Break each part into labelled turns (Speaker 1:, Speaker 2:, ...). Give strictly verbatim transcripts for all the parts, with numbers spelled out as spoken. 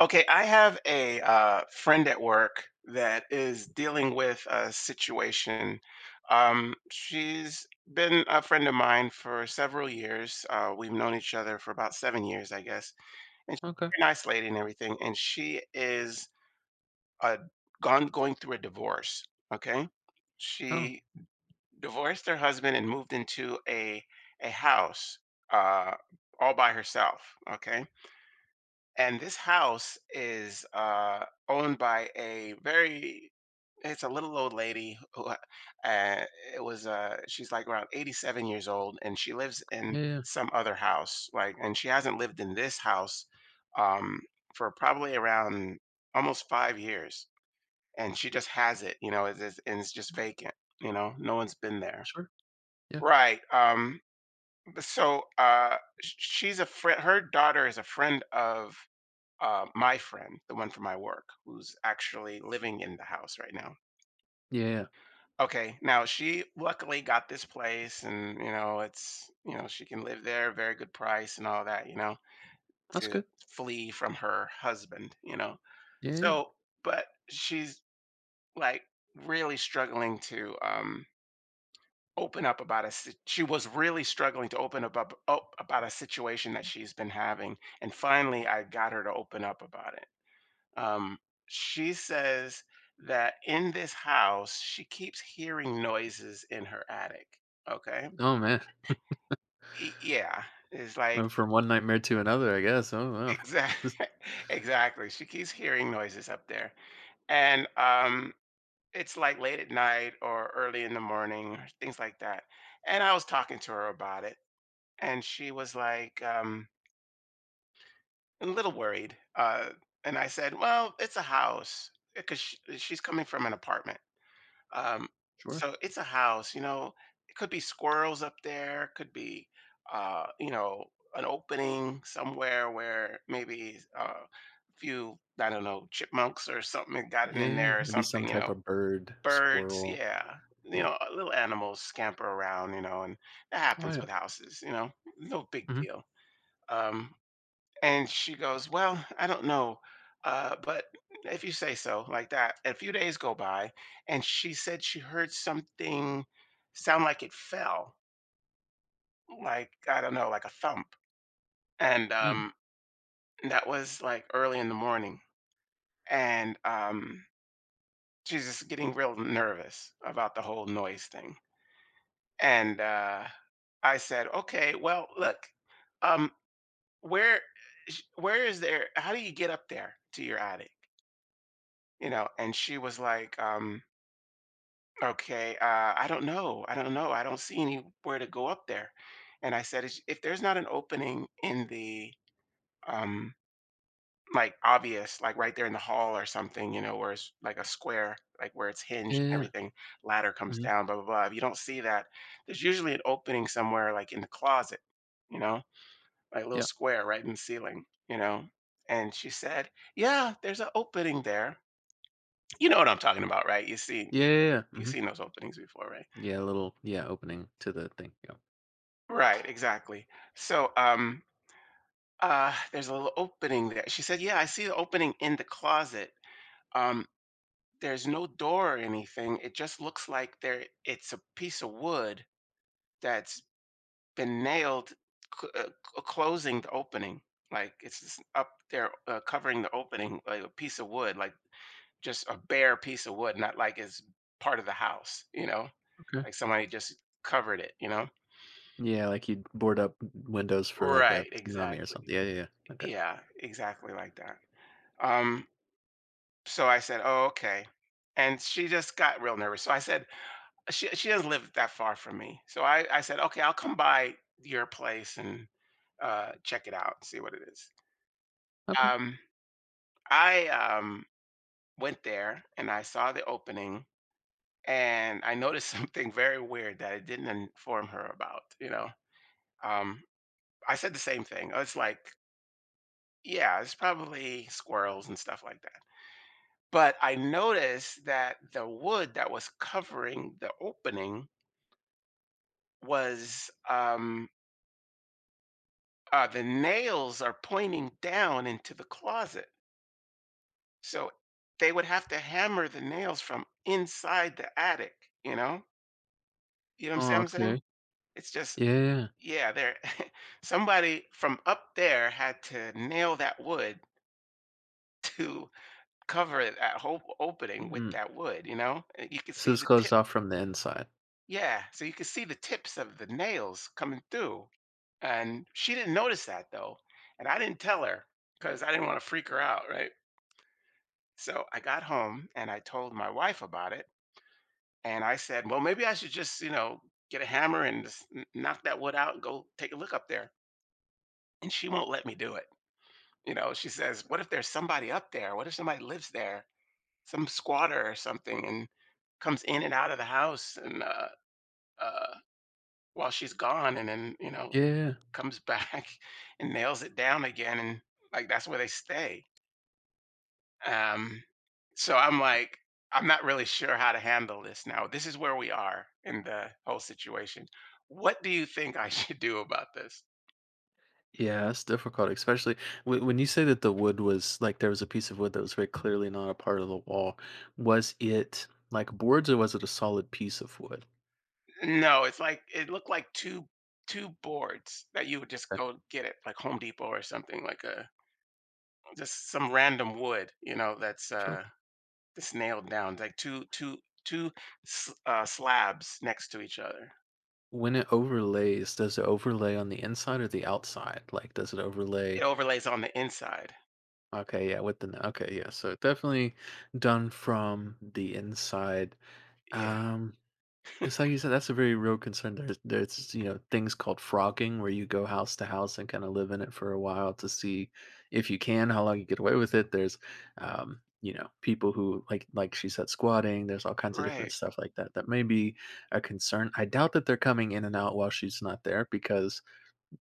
Speaker 1: Okay, I have a uh, friend at work that is dealing with a situation. Um, she's been a friend of mine for several years. Uh, we've known each other for about seven years, I guess, and
Speaker 2: Okay.
Speaker 1: she's very nice lady and everything. And she is uh, gone going through a divorce. Okay,
Speaker 2: Oh,
Speaker 1: she divorced her husband and moved into a a house, uh, all by herself. Okay, and this house is uh, owned by a very, it's a little old lady who uh, uh, it was uh she's like around eighty-seven years old, and she lives in
Speaker 2: yeah, yeah.
Speaker 1: some other house, like, and she hasn't lived in this house um for probably around almost five years, and she just has it, you know, it's, it's, and it's just vacant, you know, no one's been there,
Speaker 2: Sure. Yeah.
Speaker 1: right. Um b- so uh sh- she's a friend, her daughter is a friend of uh, my friend, the one from my work, who's actually living in the house right now.
Speaker 2: Yeah, yeah. yeah.
Speaker 1: Okay, now she luckily got this place, and you know, it's you know, she can live there, very good price, and all that, you know,
Speaker 2: That's
Speaker 1: to
Speaker 2: good.
Speaker 1: flee from her husband, you know.
Speaker 2: Yeah, yeah.
Speaker 1: So, but she's, like, really struggling to um open up about a si- she was really struggling to open up, up, up about a situation that she's been having, and finally I got her to open up about it. Um, she says that in this house, she keeps hearing noises in her attic. Okay.
Speaker 2: yeah. Oh, man.
Speaker 1: Y- Yeah. It's like,
Speaker 2: Went from one nightmare to another, I guess. Oh, wow.
Speaker 1: exactly. Exactly. She keeps hearing noises up there. And um, it's like late at night or early in the morning, or things like that. And I was talking to her about it. And she was like, um, a little worried. Uh, and I said, well, it's a house because she's coming from an apartment. Um,
Speaker 2: Sure.
Speaker 1: so it's a house, you know. It could be squirrels up there, could be, uh, you know, an opening somewhere where maybe uh, a few, I don't know, chipmunks or something had gotten
Speaker 2: Yeah,
Speaker 1: in
Speaker 2: yeah.
Speaker 1: there or
Speaker 2: Maybe some
Speaker 1: something, you
Speaker 2: type
Speaker 1: know.
Speaker 2: of bird,
Speaker 1: Birds,
Speaker 2: squirrel.
Speaker 1: yeah. You
Speaker 2: Yeah.
Speaker 1: know, uh, little animals scamper around, you know, and that
Speaker 2: Oh,
Speaker 1: happens
Speaker 2: yeah.
Speaker 1: with houses, you know. No big
Speaker 2: Mm-hmm.
Speaker 1: deal. Um, and she goes, well, I don't know, uh, but if you say so, like that. A few days go by, and she said she heard something, sound like it fell, like, I don't know, like a thump. And
Speaker 2: Mm.
Speaker 1: um, that was like early in the morning. And um, she's just getting real nervous about the whole noise thing. And uh, I said, okay, well, look, um, where, sh- where is there, how do you get up there to your attic? You know, and she was like, um okay, uh I don't know, i don't know I don't see anywhere to go up there. And I said, "Is- if there's not an opening in the, um like, obvious, like, right there in the hall or something, you know, where it's like a square, like, where it's
Speaker 2: Yeah,
Speaker 1: hinged and
Speaker 2: yeah.
Speaker 1: everything, ladder comes
Speaker 2: Mm-hmm.
Speaker 1: down, blah blah blah, if you don't see that, there's usually an opening somewhere, like in the closet, you know, like a little
Speaker 2: Yeah.
Speaker 1: square right in the ceiling, you know." And she said, yeah, there's an opening there. You know what I'm talking about, right? You see,
Speaker 2: Yeah, yeah. Yeah.
Speaker 1: you've
Speaker 2: Mm-hmm.
Speaker 1: seen those openings before, right?
Speaker 2: Yeah, a little, yeah, opening to the thing. Yeah.
Speaker 1: Right, exactly. So, um, uh, there's a little opening there. She said, "Yeah, I see the opening in the closet. Um, there's no door or anything. It just looks like there. It's a piece of wood that's been nailed, c- uh, c- closing the opening. Like, it's just up there, uh, covering the opening, like a piece of wood, like just a bare piece of wood, not like it's part of the house. You know,
Speaker 2: Okay.
Speaker 1: like somebody just covered it. You know."
Speaker 2: Yeah, like you'd board up windows for like a
Speaker 1: Right,
Speaker 2: tsunami or
Speaker 1: exactly.
Speaker 2: something. Yeah, yeah, yeah. Okay.
Speaker 1: Yeah, exactly like that. Um, so I said, "Oh, okay." And she just got real nervous. So I said, she she doesn't live that far from me. So I, I said, okay, I'll come by your place and uh, check it out and see what it is.
Speaker 2: Okay.
Speaker 1: Um, I um, Went there and I saw the opening, and I noticed something very weird that I didn't inform her about, you know. Um, I said the same thing. It's like, yeah, it's probably squirrels and stuff like that. But I noticed that the wood that was covering the opening was um, uh, the nails are pointing down into the closet. So they would have to hammer the nails from inside the attic, you know? You know what I'm saying?
Speaker 2: Oh,
Speaker 1: I'm saying?
Speaker 2: okay.
Speaker 1: It's just,
Speaker 2: Yeah. yeah.
Speaker 1: yeah, there, somebody from up there had to nail that wood to cover that whole opening with
Speaker 2: Mm.
Speaker 1: that wood, you know? You can see
Speaker 2: So it's
Speaker 1: the
Speaker 2: closed
Speaker 1: tip.
Speaker 2: off from the inside.
Speaker 1: Yeah, so you could see the tips of the nails coming through, and she didn't notice that though, and I didn't tell her because I didn't want to freak her out, right? So I got home and I told my wife about it, and I said, "Well, maybe I should just, you know, get a hammer and just n- knock that wood out and go take a look up there." And she won't let me do it. You know, she says, "What if there's somebody up there? What if somebody lives there? Some squatter or something, and comes in and out of the house, and uh uh while she's gone, and then, you know,
Speaker 2: Yeah.
Speaker 1: comes back and nails it down again, and, like, that's where they stay. Um, so I'm like, I'm not really sure how to handle this now. This is where we are in the whole situation. What do you think I should do about this?"
Speaker 2: Yeah, it's difficult, especially when when you say that the wood was like there was a piece of wood that was very clearly not a part of the wall. Was it like boards or was it a solid piece of wood?
Speaker 1: No, it's like it looked like two two boards that you would just
Speaker 2: Okay,
Speaker 1: go get at, like, Home Depot or something, like, a just some random wood, you know, that's,
Speaker 2: sure.
Speaker 1: uh, that's nailed down, like two two two 2, uh, slabs next to each other.
Speaker 2: When it overlays, does it overlay on the inside or the outside? Like, does it
Speaker 1: It
Speaker 2: overlay?
Speaker 1: overlays on the inside.
Speaker 2: Okay, yeah, with the, okay, yeah. So definitely done from the inside.
Speaker 1: Yeah,
Speaker 2: Um, It's like you said, that's a very real concern. There's there's you know things called frogging where you go house to house and kind of live in it for a while to see if you can how long you get away with it. There's um, you know people who like like she said squatting. There's all kinds of different
Speaker 1: right.
Speaker 2: stuff like that that may be a concern. I doubt that they're coming in and out while she's not there because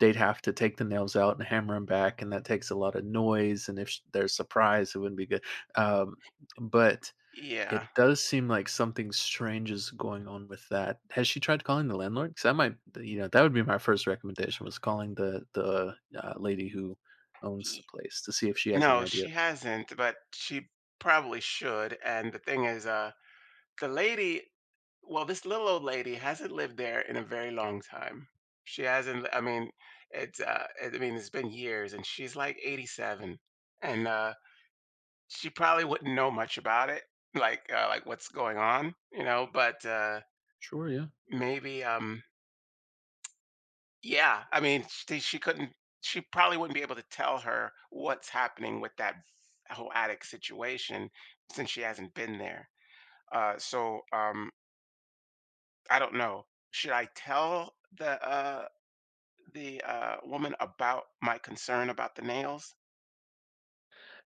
Speaker 2: they'd have to take the nails out and hammer them back, and that takes a lot of noise. And if sh- they're surprised, it wouldn't be good. Um, but it
Speaker 1: Yeah.
Speaker 2: does seem like something strange is going on with that. Has she tried calling the landlord? Because I might, you know, that would be my first recommendation was calling the the uh, lady who owns
Speaker 1: Y
Speaker 2: the place to see if she has any
Speaker 1: No, she
Speaker 2: ideas.
Speaker 1: hasn't, but she probably should, and the thing is, uh, the lady, well, this little old lady hasn't lived there in a very long time. She hasn't. I mean, it's, uh, I mean, it's been years, and she's, like, eighty-seven, and, uh, she probably wouldn't know much about it, like, uh, like, what's going on, you know, but, uh,
Speaker 2: Sure, yeah.
Speaker 1: maybe, um yeah, I mean, she she couldn't, she probably wouldn't be able to tell her what's happening with that whole attic situation since she hasn't been there. Uh, so um, I don't know. Should I tell the uh, the uh, woman about my concern about the nails?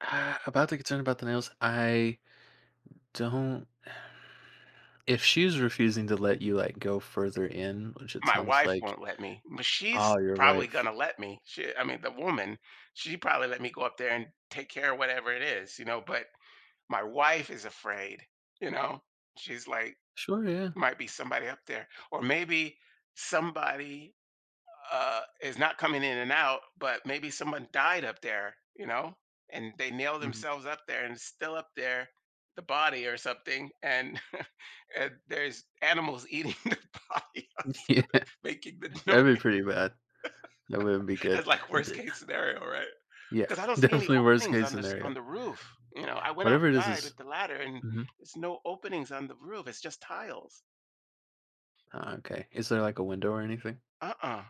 Speaker 2: Uh, about the concern about the nails, I don't. If she's refusing to let you like go further in, which it
Speaker 1: My
Speaker 2: sounds
Speaker 1: wife
Speaker 2: like,
Speaker 1: won't let me, but she's
Speaker 2: oh, your
Speaker 1: probably
Speaker 2: wife.
Speaker 1: gonna let me. She, I mean, the woman, she probably let me go up there and take care of whatever it is, you know. But my wife is afraid, you know. She's like,
Speaker 2: Sure, yeah.
Speaker 1: might be somebody up there. Or maybe somebody, uh, is not coming in and out, but maybe someone died up there, you know, and they nailed
Speaker 2: Mhm.
Speaker 1: themselves up there and it's still up there, the body or something, and and there's animals eating the body,
Speaker 2: Yeah,
Speaker 1: making the noise.
Speaker 2: that'd be pretty bad. That wouldn't be
Speaker 1: That's
Speaker 2: good.
Speaker 1: like worst
Speaker 2: D-
Speaker 1: case scenario, right?
Speaker 2: Yeah,
Speaker 1: Because I don't see any
Speaker 2: definitely worst
Speaker 1: openings
Speaker 2: case
Speaker 1: on this
Speaker 2: scenario.
Speaker 1: on the roof, you know? I went
Speaker 2: Whatever it is
Speaker 1: outside
Speaker 2: is
Speaker 1: with the ladder, and
Speaker 2: mhm.
Speaker 1: there's no openings on the roof, it's just tiles.
Speaker 2: Ah, okay. Is there, like, a window or anything?
Speaker 1: Uh-uh.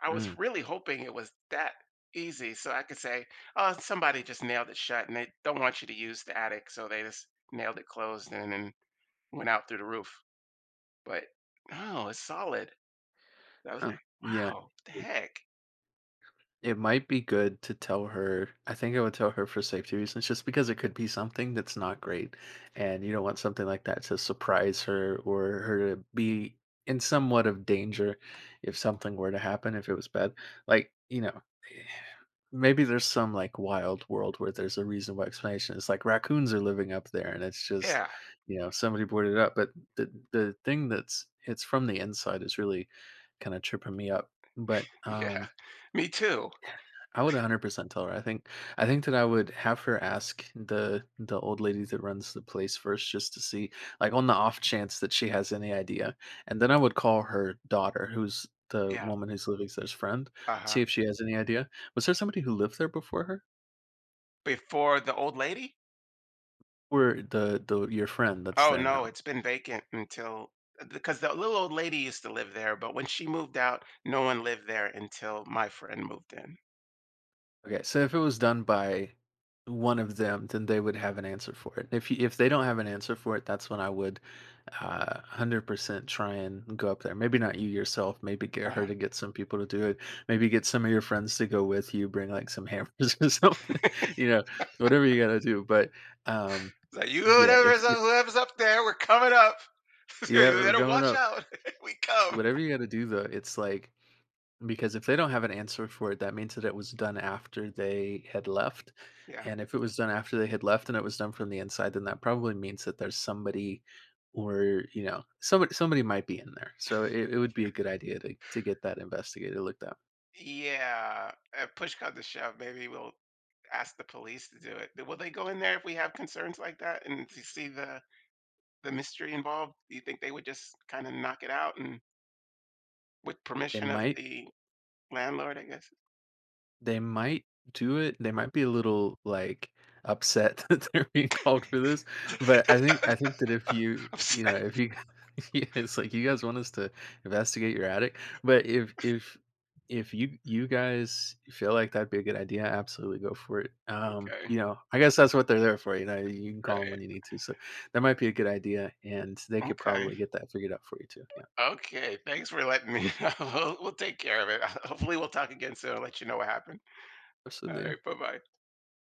Speaker 1: I was
Speaker 2: Mm,
Speaker 1: really hoping it was that easy so I could say, "Oh, somebody just nailed it shut, and they don't want you to use the attic, so they just nailed it closed and then went out through the roof." But no, it's solid. I was
Speaker 2: huh.
Speaker 1: like,
Speaker 2: Yeah.
Speaker 1: "Wow, what the heck?"
Speaker 2: It might be good to tell her, I think I would tell her for safety reasons just because it could be something that's not great, and you don't want something like that to surprise her or her to be in somewhat of danger if something were to happen, if it was bad. Like, you know, eh, maybe there's some like wild world where there's a reasonable explanation. It's like raccoons are living up there and it's just,
Speaker 1: Yeah,
Speaker 2: you know, somebody boarded it up. But the the thing that's it's from the inside is really kind of tripping me up. But
Speaker 1: yeah,
Speaker 2: um
Speaker 1: me too.
Speaker 2: I would one hundred percent tell her. I think I think that I would have her ask the the old lady that runs the place first just to see like on the off chance that she has any idea. And then I would call her daughter, who's the
Speaker 1: Yeah,
Speaker 2: woman who's living there's friend,
Speaker 1: uh-huh.
Speaker 2: see if she has any idea. Was there somebody who lived there before her?
Speaker 1: Before the old lady?
Speaker 2: Or the the your friend that's
Speaker 1: Oh
Speaker 2: there
Speaker 1: no,
Speaker 2: now?
Speaker 1: it's been vacant until, because the little old lady used to live there, but when she moved out, no one lived there until my friend moved in.
Speaker 2: Okay, so if it was done by one of them, then they would have an answer for it. If you, if they don't have an answer for it, that's when I would uh, one hundred percent try and go up there. Maybe not you yourself, maybe get her
Speaker 1: Uh-huh.
Speaker 2: to get some people to do it. Maybe get some of your friends to go with you, bring like some hammers or something, you know, whatever you got to do. But um,
Speaker 1: It's like, you
Speaker 2: yeah, if,
Speaker 1: whoever's up, whoever's up there, we're coming up.
Speaker 2: yeah,
Speaker 1: You
Speaker 2: we're
Speaker 1: better
Speaker 2: going
Speaker 1: watch
Speaker 2: up.
Speaker 1: out. We come.
Speaker 2: Whatever you got to do though, it's like because if they don't have an answer for it, that means that it was done after they had left.
Speaker 1: Yeah.
Speaker 2: And if it was done after they had left and it was done from the inside, then that probably means that there's somebody or, you know, somebody somebody might be in there. So it, it would be a good idea to to get that investigated, looked at.
Speaker 1: Yeah. Uh, push come to shove, maybe we'll ask the police to do it. Will they go in there if we have concerns like that, and to see the the mystery involved? Do you think they would just kind of knock it out, and with
Speaker 2: They
Speaker 1: permission of
Speaker 2: might
Speaker 1: the landlord? I guess.
Speaker 2: They might do it. They might be a little, like, upset that they're being called for this, but I think I think that if you
Speaker 1: I'm
Speaker 2: you
Speaker 1: sorry.
Speaker 2: know, if you yeah, it's like, "You guys want us to investigate your attic?" But if if if you you guys feel like that'd be a good idea, absolutely go for it. Um,
Speaker 1: Okay.
Speaker 2: you know, I guess that's what they're there for, you know, you can call them
Speaker 1: Right.
Speaker 2: when you need to, so that might be a good idea, and they could
Speaker 1: Okay.
Speaker 2: probably get that figured out for you too. Yeah,
Speaker 1: Okay. Thanks for letting me. We'll, we'll take care of it. Hopefully, we'll talk again soon. I'll let you know what happened. All
Speaker 2: absolutely, yeah.
Speaker 1: right. Bye bye.